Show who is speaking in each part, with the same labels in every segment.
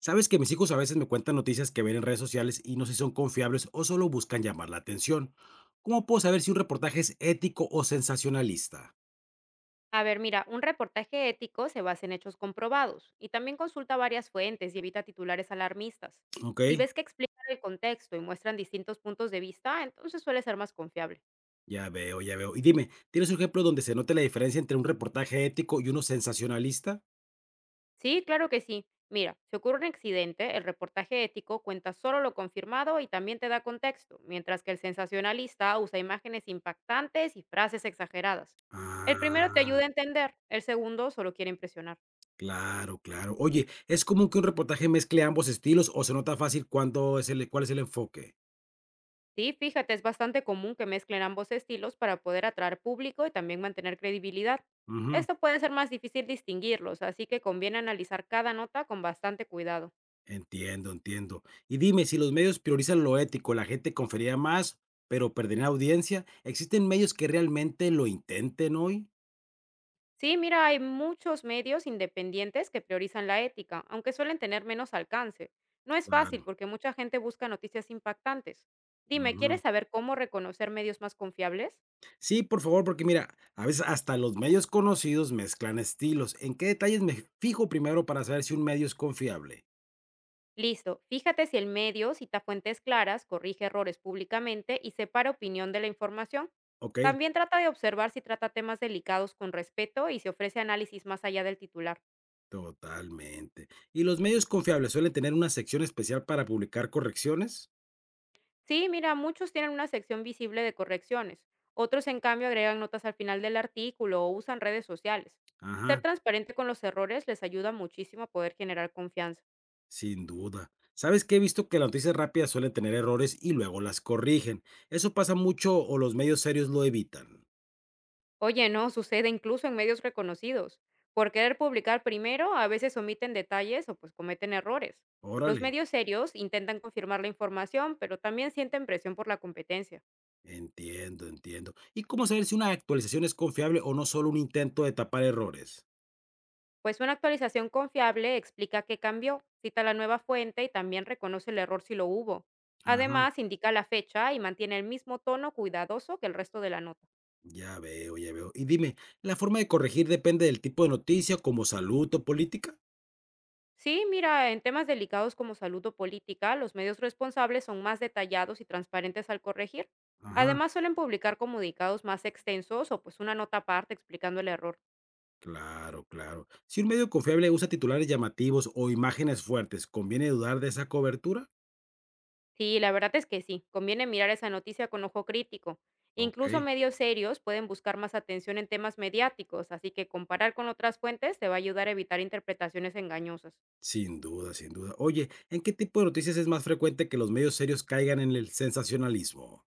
Speaker 1: Sabes que mis hijos a veces me cuentan noticias que ven en redes sociales y no sé si son confiables o solo buscan llamar la atención. ¿Cómo puedo saber si un reportaje es ético o sensacionalista?
Speaker 2: A ver, mira, un reportaje ético se basa en hechos comprobados y también consulta varias fuentes y evita titulares alarmistas.
Speaker 1: Ok,
Speaker 2: Si ves que explican el contexto y muestran distintos puntos de vista, entonces suele ser más confiable.
Speaker 1: ya veo, ya veo. Y dime, ¿tienes un ejemplo donde se note la diferencia entre un reportaje ético y uno sensacionalista?
Speaker 2: Sí, claro que sí. Mira, si ocurre un accidente, el reportaje ético cuenta solo lo confirmado y también te da contexto, mientras que el sensacionalista usa imágenes impactantes y frases exageradas. El primero te ayuda
Speaker 1: Ah,
Speaker 2: a entender, el segundo solo quiere impresionar.
Speaker 1: claro, claro. Oye, ¿es común que un reportaje mezcle ambos estilos o se nota fácil cuándo es cuál es el enfoque?
Speaker 2: Sí, fíjate, es bastante común que mezclen ambos estilos para poder atraer público y también mantener credibilidad.
Speaker 1: Ujú.
Speaker 2: Esto puede ser más difícil distinguirlos, así que conviene analizar cada nota con bastante cuidado.
Speaker 1: Entiendo, entiendo. Y dime, si los medios priorizan lo ético, la gente confería más, pero perdería audiencia. ¿Existen medios que realmente lo intenten hoy?
Speaker 2: Sí, mira, hay muchos medios independientes que priorizan la ética, aunque suelen tener menos alcance. No es fácil
Speaker 1: Claro.
Speaker 2: porque mucha gente busca noticias impactantes. Dime,
Speaker 1: Ujú.
Speaker 2: ¿quieres saber cómo reconocer medios más confiables?
Speaker 1: Sí, por favor, porque mira, a veces hasta los medios conocidos mezclan estilos. ¿En qué detalles me fijo primero para saber si un medio es confiable?
Speaker 2: Listo, fíjate si el medio cita fuentes claras, corrige errores públicamente y separa opinión de la información.
Speaker 1: Ok,
Speaker 2: También trata de observar si trata temas delicados con respeto y si ofrece análisis más allá del titular.
Speaker 1: totalmente. ¿Y los medios confiables suelen tener una sección especial para publicar correcciones?
Speaker 2: Sí, mira, muchos tienen una sección visible de correcciones, otros en cambio agregan notas al final del artículo o usan redes sociales. Ser
Speaker 1: Ajá.
Speaker 2: transparente con los errores les ayuda muchísimo a poder generar confianza.
Speaker 1: Sin duda. ¿Sabes qué? He visto que las noticias rápidas suelen tener errores y luego las corrigen. ¿Eso pasa mucho o los medios serios lo evitan?
Speaker 2: Oye, no, sucede incluso en medios reconocidos. Por querer publicar primero, a veces omiten detalles o pues cometen errores. Los
Speaker 1: Órale,
Speaker 2: medios serios intentan confirmar la información, pero también sienten presión por la competencia.
Speaker 1: entiendo, entiendo. ¿Y cómo saber si una actualización es confiable o no solo un intento de tapar errores?
Speaker 2: Pues una actualización confiable explica qué cambió, cita la nueva fuente y también reconoce el error si lo hubo.
Speaker 1: Ajá,
Speaker 2: Además, indica la fecha y mantiene el mismo tono cuidadoso que el resto de la nota.
Speaker 1: ya veo, ya veo. Y dime, ¿la forma de corregir depende del tipo de noticia, como salud o política?
Speaker 2: Sí, mira, en temas delicados como salud o política, los medios responsables son más detallados y transparentes al corregir.
Speaker 1: Ajá,
Speaker 2: Además, suelen publicar comunicados más extensos o pues una nota aparte explicando el error.
Speaker 1: claro, claro. Si un medio confiable usa titulares llamativos o imágenes fuertes, ¿conviene dudar de esa cobertura?
Speaker 2: Sí, la verdad es que sí, conviene mirar esa noticia con ojo crítico.
Speaker 1: Ok.
Speaker 2: Incluso medios serios pueden buscar más atención en temas mediáticos, así que comparar con otras fuentes te va a ayudar a evitar interpretaciones engañosas.
Speaker 1: Sin duda, sin duda. Oye, ¿en qué tipo de noticias es más frecuente que los medios serios caigan en el sensacionalismo?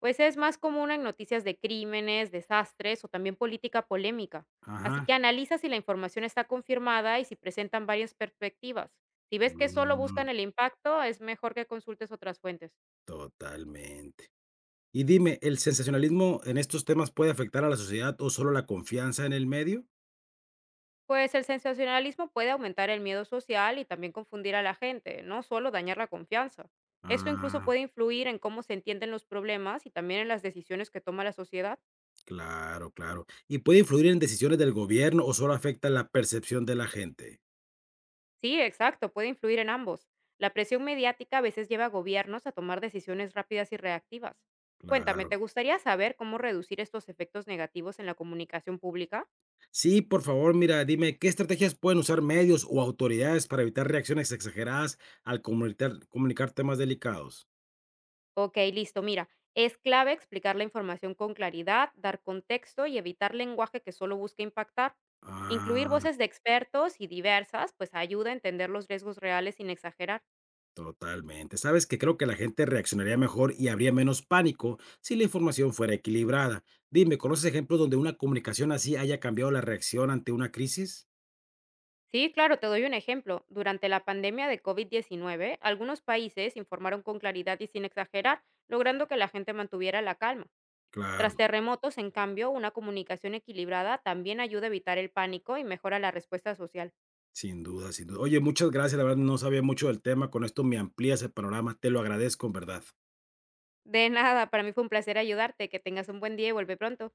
Speaker 2: Pues es más común en noticias de crímenes, desastres o también política polémica. Así
Speaker 1: Ajá.
Speaker 2: que analiza si la información está confirmada y si presentan varias perspectivas. Si ves que solo
Speaker 1: Mm,
Speaker 2: buscan el impacto, es mejor que consultes otras fuentes.
Speaker 1: totalmente. Y dime, ¿el sensacionalismo en estos temas puede afectar a la sociedad o solo la confianza en el medio?
Speaker 2: Pues el sensacionalismo puede aumentar el miedo social y también confundir a la gente, no solo dañar la confianza. Esto incluso
Speaker 1: Ah,
Speaker 2: puede influir en cómo se entienden los problemas y también en las decisiones que toma la sociedad.
Speaker 1: claro, claro. ¿Y puede influir en decisiones del gobierno o solo afecta la percepción de la gente?
Speaker 2: Sí, exacto, puede influir en ambos. La presión mediática a veces lleva a gobiernos a tomar decisiones rápidas y reactivas. Cuéntame, ¿te
Speaker 1: Claro.
Speaker 2: gustaría saber cómo reducir estos efectos negativos en la comunicación pública?
Speaker 1: Sí, por favor, mira, dime, ¿qué estrategias pueden usar medios o autoridades para evitar reacciones exageradas al comunicar temas delicados?
Speaker 2: Ok, listo, mira, es clave explicar la información con claridad, dar contexto y evitar lenguaje que solo busque impactar. Incluir
Speaker 1: Ah,
Speaker 2: voces de expertos y diversas, pues ayuda a entender los riesgos reales sin exagerar.
Speaker 1: totalmente. Sabes que creo que la gente reaccionaría mejor y habría menos pánico si la información fuera equilibrada. Dime, ¿conoces ejemplos donde una comunicación así haya cambiado la reacción ante una crisis?
Speaker 2: Sí, claro, te doy un ejemplo. Durante la pandemia de COVID-19, algunos países informaron con claridad y sin exagerar, logrando que la gente mantuviera la calma. Tras
Speaker 1: Claro,
Speaker 2: terremotos, en cambio, una comunicación equilibrada también ayuda a evitar el pánico y mejora la respuesta social.
Speaker 1: sin duda, sin duda. Oye, muchas gracias. La verdad no sabía mucho del tema. Con esto me amplías el panorama. Te lo agradezco, en verdad.
Speaker 2: De nada, para mí fue un placer ayudarte. Que tengas un buen día y vuelve pronto.